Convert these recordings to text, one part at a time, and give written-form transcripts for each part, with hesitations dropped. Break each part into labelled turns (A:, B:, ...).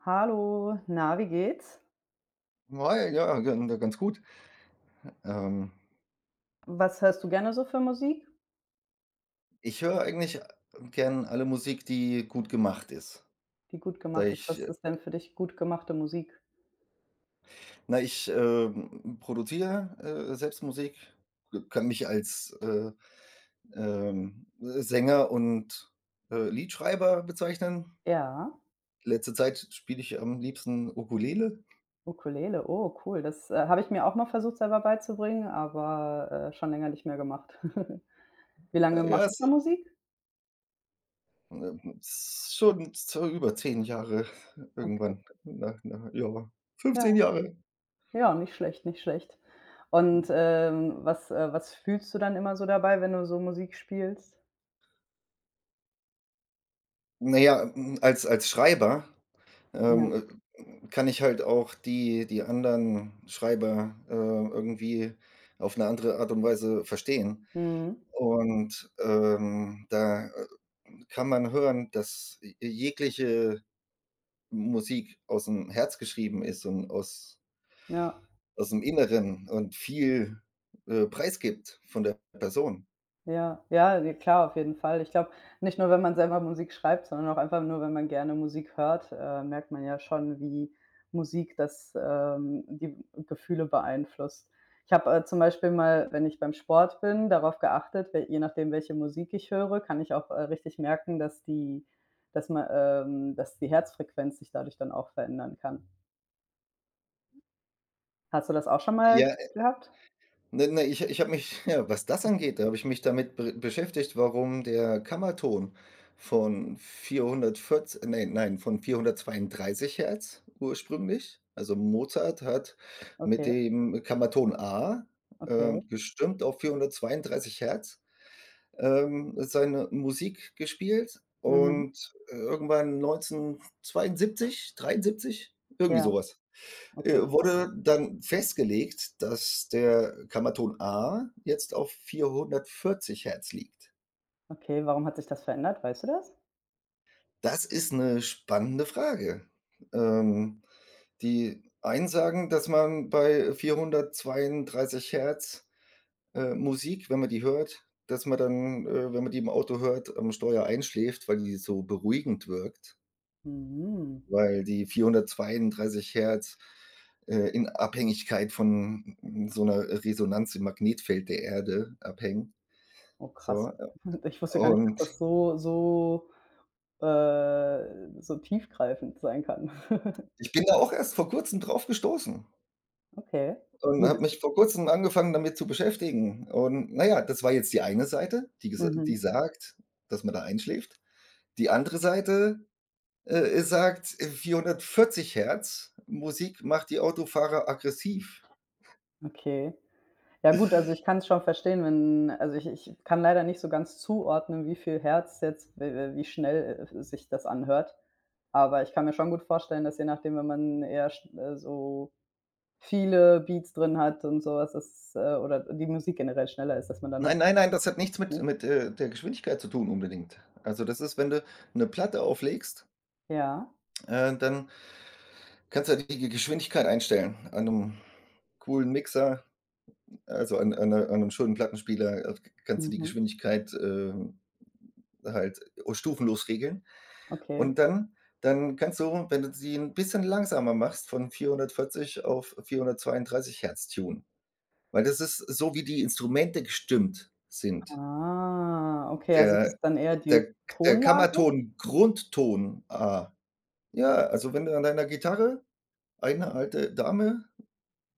A: Hallo, na, wie geht's?
B: Ja, ja, ganz gut. Ähm,
A: Was hörst du gerne so für Musik,
B: Ich höre eigentlich gern alle Musik, die gut gemacht ist.
A: die gut
B: Da
A: gemacht ist?
B: ich
A: Was
B: äh,
A: ist denn für dich gut gemachte Musik?
B: ich produziere selbst Musik, kann mich als Sänger und Liedschreiber bezeichnen.
A: Ja,
B: Letzte Zeit spiele ich am liebsten Ukulele.
A: Ukulele. Oh, cool. Das, habe ich mir auch mal versucht, selber beizubringen, aber, schon länger nicht mehr gemacht. Wie lange
B: Ja,
A: machst du
B: es
A: schon Musik?
B: äh, ist schon so über 10 Jahre
A: Okay,
B: irgendwann, na ja,
A: ja.
B: 15 Jahre.
A: Ja, nicht schlecht, nicht schlecht. Und, was was fühlst du dann immer so dabei, wenn du so Musik spielst?
B: Na ja, als Schreiber
A: Ja.
B: Ähm, kann ich halt auch die anderen Schreiber, irgendwie auf eine andere Art und Weise verstehen.
A: Mhm.
B: Und, da, kann man hören, dass j jegliche Musik aus dem Herz geschrieben ist und aus
A: Ja.
B: aus dem Inneren und viel, preisgibt von der Person.
A: Ja, ja, ne, klar, auf jeden Fall. Ich glaube, nicht nur, wenn man selber Musik schreibt, sondern auch einfach nur, wenn man gerne Musik hört, merkt man ja schon, wie Musik das die Gefühle beeinflusst. Ich habe, zum Beispiel mal, wenn ich beim Sport bin, darauf geachtet, we je nachdem, welche Musik ich höre, kann ich auch, richtig merken, dass die dass man dass die Herzfrequenz sich dadurch dann auch verändern kann. Hast du das auch schon mal
B: Ja.
A: gehabt?
B: Ne, ne, ich habe mich, ja, was das angeht, da habe ich mich damit be beschäftigt, warum der Kammerton von 440, ne, nein, von 432 Hertz. Ursprünglich also Mozart hat mit
A: Okay,
B: dem Kammerton A
A: okay.
B: gestimmt auf 432 Hertz, seine Musik gespielt
A: Mhm.
B: und irgendwann 1972, 73, irgendwie
A: Ja,
B: sowas. Äh,
A: okay, krass.
B: wurde dann festgelegt, dass der Kammerton A jetzt auf 440 Hertz liegt.
A: Okay, warum hat sich das verändert? Weißt du das?
B: Das ist 'ne spannende Frage. Ähm, Die einen sagen, dass man bei 432 Hertz Musik, wenn man die hört, dass man dann, wenn man die im Auto hört, am Steuer einschläft, weil die so beruhigend wirkt.
A: Mhm.
B: Weil die 432 Hertz in Abhängigkeit von so 'ner Resonanz im Magnetfeld der Erde abhängen,
A: Oh krass.
B: so.
A: Ich wusste gar nicht, dass das
B: Und
A: so so tiefgreifend sein kann.
B: ich bin da auch erst vor Kurzem drauf gestoßen
A: Okay.
B: und
A: Wie
B: habe
A: bist
B: mich vor Kurzem angefangen, damit zu beschäftigen. Und na ja, das war jetzt die eine Seite, die gesa die
A: Mhm,
B: sagt, dass man da einschläft. Die andere Seite, sagt, 440 Hertz Musik macht die Autofahrer aggressiv.
A: okay. Ja gut, also ich kann es schon verstehen, wenn also ich kann leider nicht so ganz zuordnen, wie viel Herz jetzt w wie schnell, sich das anhört. Aber ich kann mir schon gut vorstellen, dass je nachdem, wenn man eher sch so viele Beats drin hat und sowas was, dass, oder die Musik generell schneller ist, dass man dann
B: Nein,
A: auch
B: nein, nein, das hat nichts mit
A: ne?
B: mit, äh, der Geschwindigkeit zu tun unbedingt. Also, das ist, wenn du eine Platte auflegst,
A: Ja.
B: dann kannst du ja die Ge Geschwindigkeit einstellen. An einem coolen Mixer, also an 'nem schönen Plattenspieler, kannst du die
A: Mhm.
B: Geschwindigkeit, halt stufenlos regeln.
A: Okay.
B: Und dann kannst du, wenn du sie ein bisschen langsamer machst, von 440 auf 432 Hertz tunen, weil das ist so, wie die Instrumente gestimmt sind.
A: Ah, okay, also es ist
B: Der
A: dann eher die
B: der der
A: Tonlage?
B: Kammerton, Grundton, A. Ja, also, wenn du an deiner Gitarre eine alte Dame,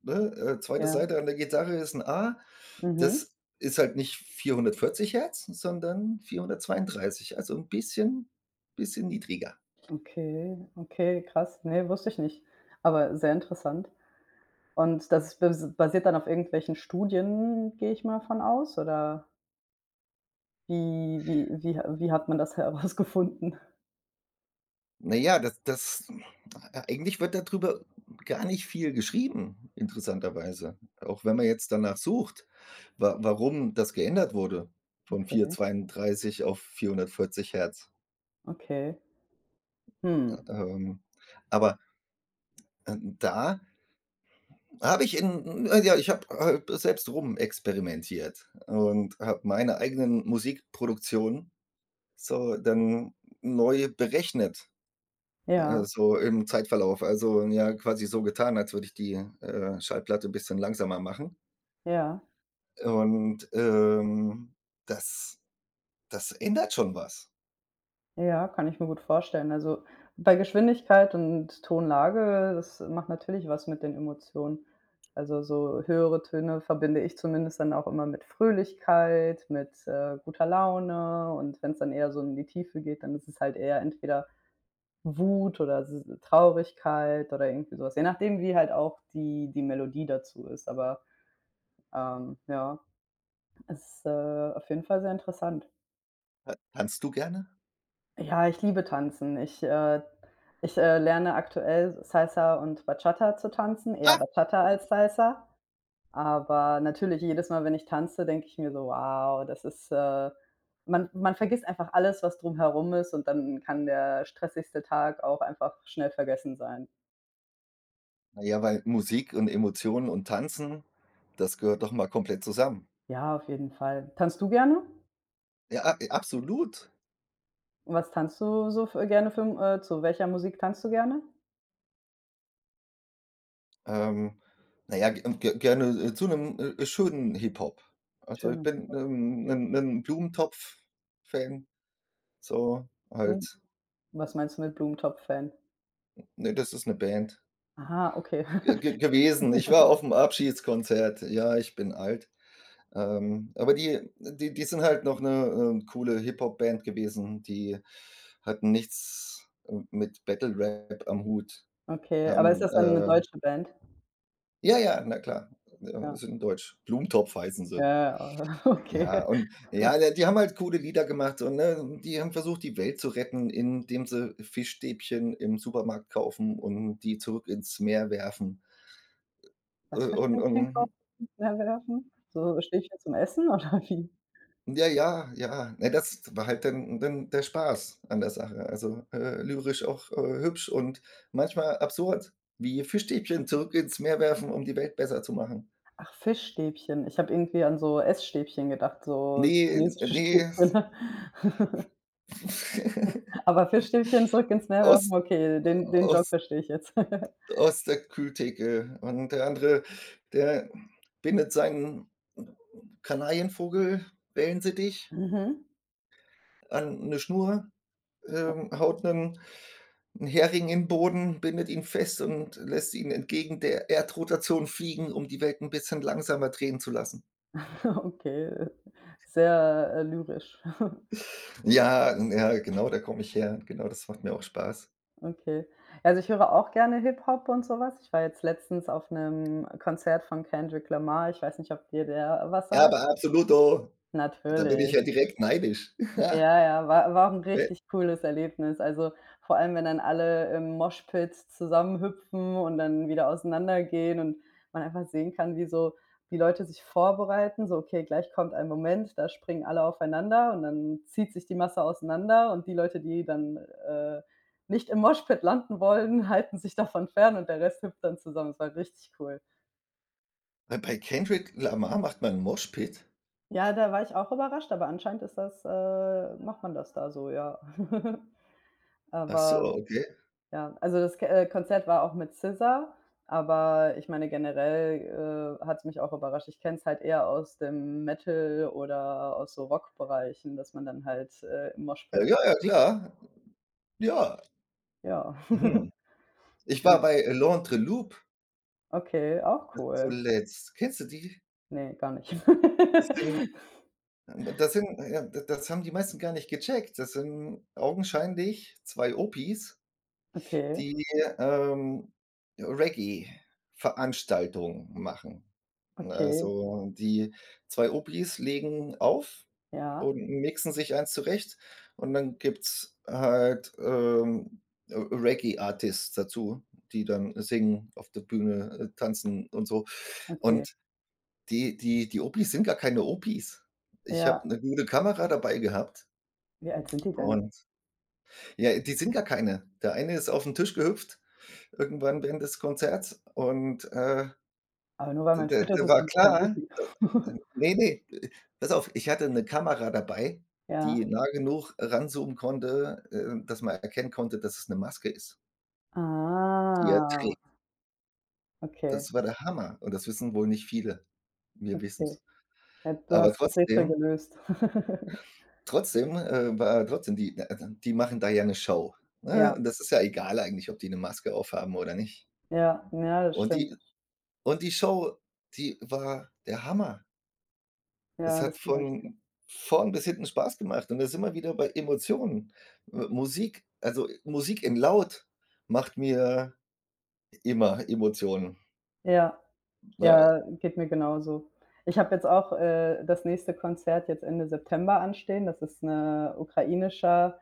B: ne, 2.
A: Ja.
B: Seite an der Gitarre ist 'n A.
A: Mhm.
B: Das ist halt nicht 440 Hertz, sondern 432, also, 'n bisschen niedriger.
A: Okay, okay, krass. Ne, wusste ich nicht, aber sehr interessant. Und das basiert dann auf irgendwelchen Studien, gehe ich mal von aus, oder wie hat man das herausgefunden?
B: Na ja, das das eigentlich wird darüber gar nicht viel geschrieben, interessanterweise. Auch wenn man jetzt danach sucht, wa warum das geändert wurde von
A: Okay,
B: 432 auf 440 Hertz.
A: okay. Hm.
B: Ähm, aber, da habe ich in na ja, ich habe halt selbst rum experimentiert und habe meine eigenen Musikproduktionen so dann neu berechnet.
A: Ja,
B: So im Zeitverlauf. Also, ja, quasi so getan, als würde ich die, Schallplatte ein bisschen langsamer machen.
A: ja.
B: Und, das das ändert schon was.
A: Ja, kann ich mir gut vorstellen. Also, bei Geschwindigkeit und Tonlage, das macht natürlich was mit den Emotionen. Also, so höhere Töne verbinde ich zumindest dann auch immer mit Fröhlichkeit, mit, guter Laune, und wenn es dann eher so in die Tiefe geht, dann ist es halt eher entweder Wut oder s Traurigkeit oder irgendwie sowas, je nachdem, wie halt auch die Melodie dazu ist. Aber, ja, es ist, auf jeden Fall sehr interessant.
B: Ta tanzt du gerne?
A: Ja, ich liebe tanzen. Ich, lerne aktuell Salsa und Bachata zu tanzen, eher
B: Ah.
A: Bachata als Salsa. Aber natürlich jedes Mal, wenn ich tanze, denke ich mir so: „Wow, das ist, man vergisst einfach alles, was drumherum ist, und dann kann der stressigste Tag auch einfach schnell vergessen sein.
B: Na ja, weil Musik und Emotionen und Tanzen, das gehört doch mal komplett zusammen.
A: Ja, auf jeden Fall. Tanzt du gerne?
B: Ja, a absolut.
A: Was tanzt du so f gerne für zu welcher Musik tanzt du gerne?
B: Ähm, na ja, ge ge gerne, zu einem schönen Hip-Hop. Also, ich
A: Schöner
B: bin 'nen Blumentopf-Fan, so
A: Blumen
B: halt.
A: Was meinst du mit Blumentopf-Fan?
B: Ne, das ist eine Band.
A: Aha, okay.
B: Ge gewesen. Ich war auf'm Abschiedskonzert. Ja, ich bin alt. Aber die sind halt noch 'ne coole Hip-Hop-Band gewesen. Die hatten nichts, mit Battle Rap am Hut.
A: Okay, aber ist
B: Haben,
A: das dann 'ne
B: äh
A: deutsche Band?
B: ja, ja, na klar, ja,
A: Ja.
B: sind deutsch. Blumentopf heißen
A: Ja,
B: sie.
A: ja, oh, okay.
B: Ja, und ja, ne, die haben halt coole Lieder gemacht und, ne, die haben versucht, die Welt zu retten, indem sie Fischstäbchen im Supermarkt kaufen und die zurück ins Meer werfen. Äh,
A: Was für
B: und
A: Stäbchen kaufen?
B: und
A: Mehr werfen? So Stäbchen zum Essen oder wie?
B: Ja, ja, ja. Ne, das war halt dann der Spaß an der Sache. Also, lyrisch auch, hübsch und manchmal absurd, wie Fischstäbchen zurück ins Meer werfen, um die Welt besser zu machen.
A: Ach, Fischstäbchen. Ich habe irgendwie an so Essstäbchen gedacht, so
B: Ne,
A: so chinesische
B: ne,
A: Stäbchen. Aber Fischstäbchen zurück ins Meer werfen,
B: aus
A: okay, den Joke
B: aus
A: verstehe ich jetzt.
B: aus der Kühltheke. Und der andere, der bindet seinen Kanarienvogel, Wellensittich,
A: Mhm.
B: an eine Schnur, haut einen 'n Hering in 'n Boden, bindet ihn fest und lässt ihn entgegen der Erdrotation fliegen, um die Welt ein bisschen langsamer drehen zu lassen.
A: Okay, sehr, lyrisch.
B: Ja, ja, genau, da komme ich her. Genau, das macht mir auch Spaß.
A: Okay. Also, ich höre auch gerne Hip-Hop und so was. Ich war jetzt letztens auf 'nem Konzert von Kendrick Lamar. Ich weiß nicht, ob dir der was
B: Ja,
A: sagt?
B: aber Absoluto, da bin ich
A: Natürlich.
B: ja direkt neidisch.
A: Ja, ja, war auch 'n richtig cooles Erlebnis. Also, vor allem, wenn dann alle im Moshpit zusammenhüpfen und dann wieder auseinandergehen und man einfach sehen kann, wie so die Leute sich vorbereiten, so: „Okay, gleich kommt ein Moment, da springen alle aufeinander“, und dann zieht sich die Masse auseinander und die Leute, die dann, äh, nicht im Moshpit landen wollen, halten sich davon fern und der Rest hüpft dann zusammen. Es war richtig cool.
B: Bei Kendrick Lamar macht man 'n Moshpit?
A: Ja, da war ich auch überrascht, aber anscheinend ist das macht man das da so, ja.
B: Ach so,
A: Aber
B: okay.
A: ja, also das K Konzert war auch mit SZA, aber ich meine, generell, hat's mich auch überrascht. Ich kenne es halt eher aus dem Metal oder aus so Rockbereichen, dass man dann halt, im
B: Ja,
A: Moshpit
B: ja, ja, klar. Ja,
A: ja,
B: mhm. Ich war
A: gen
B: bei L'Entre Loop
A: okay, auch cool.
B: zuletzt. Kennst du die?
A: Ne, gar nicht.
B: Das sind Das sind ja, das haben die meisten gar nicht gecheckt. Das sind augenscheinlich 2 Opis,
A: Okay,
B: die, ähm, Reggae-Veranstaltungen machen.
A: okay,
B: Also, die 2 Opis legen auf
A: ja,
B: und mixen sich eins zurecht und dann gibt's halt, Reggae-Artists dazu, die dann singen, auf der Bühne, tanzen und so.
A: okay.
B: Und die Opis sind gar keine Opis. Ich
A: Ja.
B: habe 'ne gute Kamera dabei gehabt
A: Wie alt sind die denn?
B: und ja, die sind gar keine. Der eine ist auf'n Tisch gehüpft irgendwann während des Konzerts und,
A: Aber nur weil
B: d
A: man
B: d
A: fit ist,
B: da
A: ist
B: war
A: man kein
B: klar,
A: Rookie.
B: ne, ne, pass auf, ich hatte 'ne Kamera dabei, die
A: Ja.
B: nah genug ranzoomen konnte, dass man erkennen konnte, dass es 'ne Maske ist, die er
A: Ah,
B: trägt.
A: okay,
B: Das war der Hammer und das wissen wohl nicht viele. Wir
A: okay.
B: wissen's.
A: Ja, du
B: Aber
A: hast das Rätsel
B: trotzdem,
A: gelöst.
B: Trotzdem, war trotzdem die die machen da ja 'ne Show,
A: Ja,
B: ne? Und das ist ja egal eigentlich, ob die 'ne Maske aufhaben oder nicht.
A: ja, ja, das
B: Und
A: stimmt.
B: die und die Show, die war der Hammer. Es
A: Ja,
B: hat
A: das glaube ich dir.
B: von vorn bis hinten Spaß gemacht und da sind wir wieder bei Emotionen. Musik in laut macht mir immer Emotionen,
A: Ja.
B: ne?
A: Ja, geht mir genauso. Ich habe jetzt auch, das nächste Konzert jetzt Ende September anstehen. Das ist 'ne ukrainischer,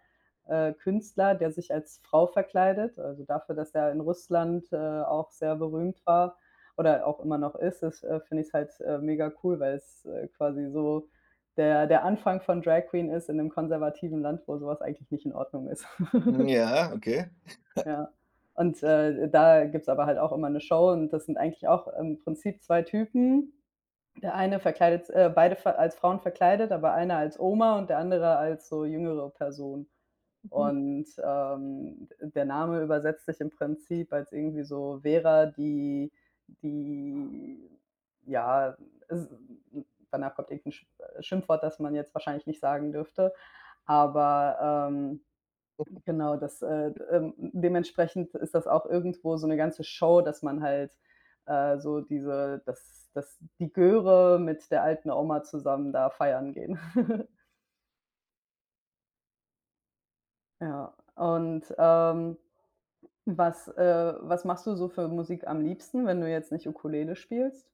A: Künstler, der sich als Frau verkleidet. Also, dafür, dass er in Russland, auch sehr berühmt war oder auch immer noch ist, finde ich's halt, mega cool, weil es, quasi so der Anfang von Drag Queen ist in 'nem konservativen Land, wo so was eigentlich nicht in Ordnung ist.
B: Ja, okay.
A: Ja. Und, da gibt's aber halt auch immer 'ne Show, und das sind eigentlich auch im Prinzip 2 Typen, der eine verkleidet, beide ver als Frauen verkleidet, aber einer als Oma und der andere als so jüngere Person. Und der Name übersetzt sich im Prinzip als irgendwie so Vera, die, die, ja, es- danach kommt irgendein Schimpfwort, das man jetzt wahrscheinlich nicht sagen dürfte. Aber Genau, das, d dementsprechend ist das auch irgendwo so eine ganze Show, dass man halt, so diese dass dass die Göre mit der alten Oma zusammen da feiern gehen. Ja, und, was, was machst du so für Musik am liebsten, wenn du jetzt nicht Ukulele spielst?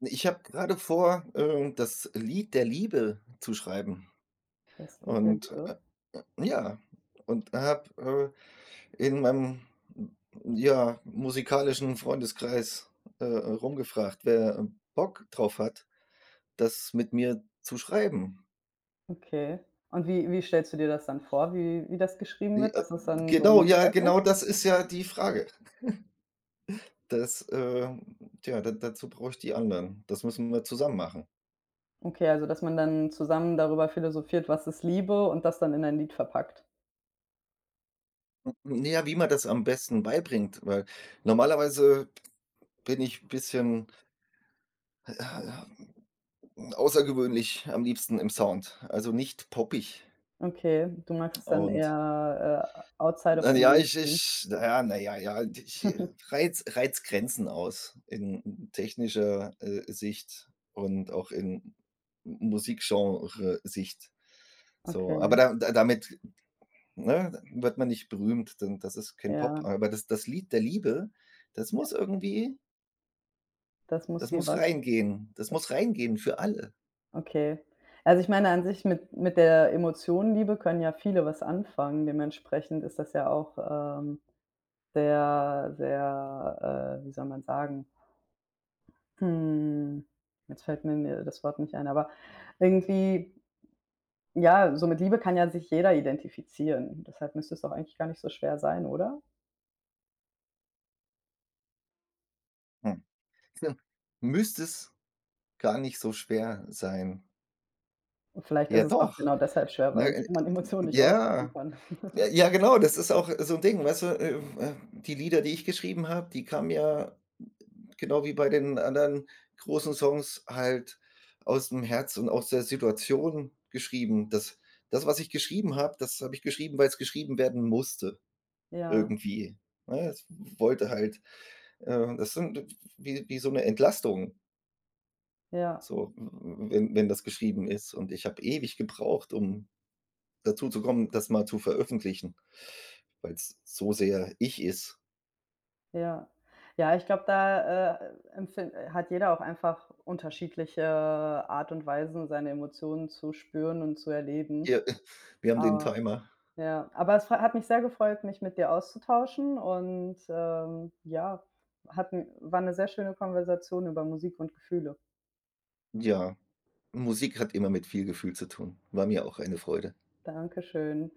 B: Ich habe grade vor, das Lied der Liebe zu schreiben
A: Das Lied der
B: und, äh
A: Liebe?
B: ja, und habe, in meinem, ja, musikalischen Freundeskreis, rumgefragt, wer Bock drauf hat, das mit mir zu schreiben.
A: Okay. Und wie stellst du dir das dann vor, wie das geschrieben
B: I-
A: wird,
B: Äh,
A: dass es dann so
B: genau,
A: ein
B: ja,
A: Duett
B: genau
A: ist?
B: das ist ja die Frage. Das, tja, da dazu brauche ich die anderen. Das müssen wir zusammen machen.
A: Okay, also, dass man dann zusammen darüber philosophiert, was ist Liebe, und das dann in ein Lied verpackt.
B: Na ja, wie man das am besten beibringt, weil normalerweise bin ich ein bisschen, äh, außergewöhnlich am liebsten im Sound, also nicht poppig
A: Okay, du magst es dann
B: und
A: eher, outside of
B: Na
A: the
B: ja, ich
A: mainstream.
B: ich na ja na ja reiz Grenzen aus in technischer, Sicht und auch in M Musikgenre-Sicht. So, aber
A: Okay,
B: da da damit, ne, wird man nicht berühmt, denn das ist kein Pop.
A: ja,
B: Aber das Lied der Liebe, das
A: ja.
B: muss irgendwie
A: Das muss
B: das
A: wie
B: muss
A: was?
B: reingehen. Das muss reingehen für alle.
A: Okay. Also, ich meine an sich mit der Emotion Liebe können ja viele was anfangen. Dementsprechend ist das ja auch, ähm, sehr, sehr, wie soll man sagen? Hm, jetzt fällt mir das Wort nicht ein, aber irgendwie, ja, so mit Liebe kann ja sich jeder identifizieren. Deshalb müsste es doch eigentlich gar nicht so schwer sein, oder?
B: Hm. Hm. Müsste es gar nicht so schwer sein.
A: Und vielleicht ist
B: Ja
A: es auch
B: doch,
A: genau deshalb schwer,
B: ne,
A: weil man Emotionen nicht ausdrücken
B: ja.
A: kann.
B: Ja, ja, genau, das ist auch so 'n Ding, weißt du, die Lieder, die ich geschrieben habe, die kamen ja genau wie bei den anderen großen Songs halt aus'm Herz und aus der Situation geschrieben. Das, was ich geschrieben habe, das habe ich geschrieben, weil's geschrieben werden musste
A: Ja,
B: irgendwie, ne? Es wollte halt, das sind wie so 'ne Entlastung,
A: ja,
B: so, w w wenn wenn das geschrieben ist und ich habe ewig gebraucht, um dazu zu kommen, das mal zu veröffentlichen, weil es so sehr ich ist.
A: ja. Ja, ich glaube, da, empfin hat jeder auch einfach unterschiedliche Art und Weisen, seine Emotionen zu spüren und zu erleben.
B: Ja, wir haben den
A: Aber
B: Timer.
A: ja, aber es fre hat mich sehr gefreut, mich mit dir auszutauschen, und, ja, hat war eine sehr schöne Konversation über Musik und Gefühle.
B: Ja, Musik hat immer mit viel Gefühl zu tun. War mir auch eine Freude.
A: Dankeschön.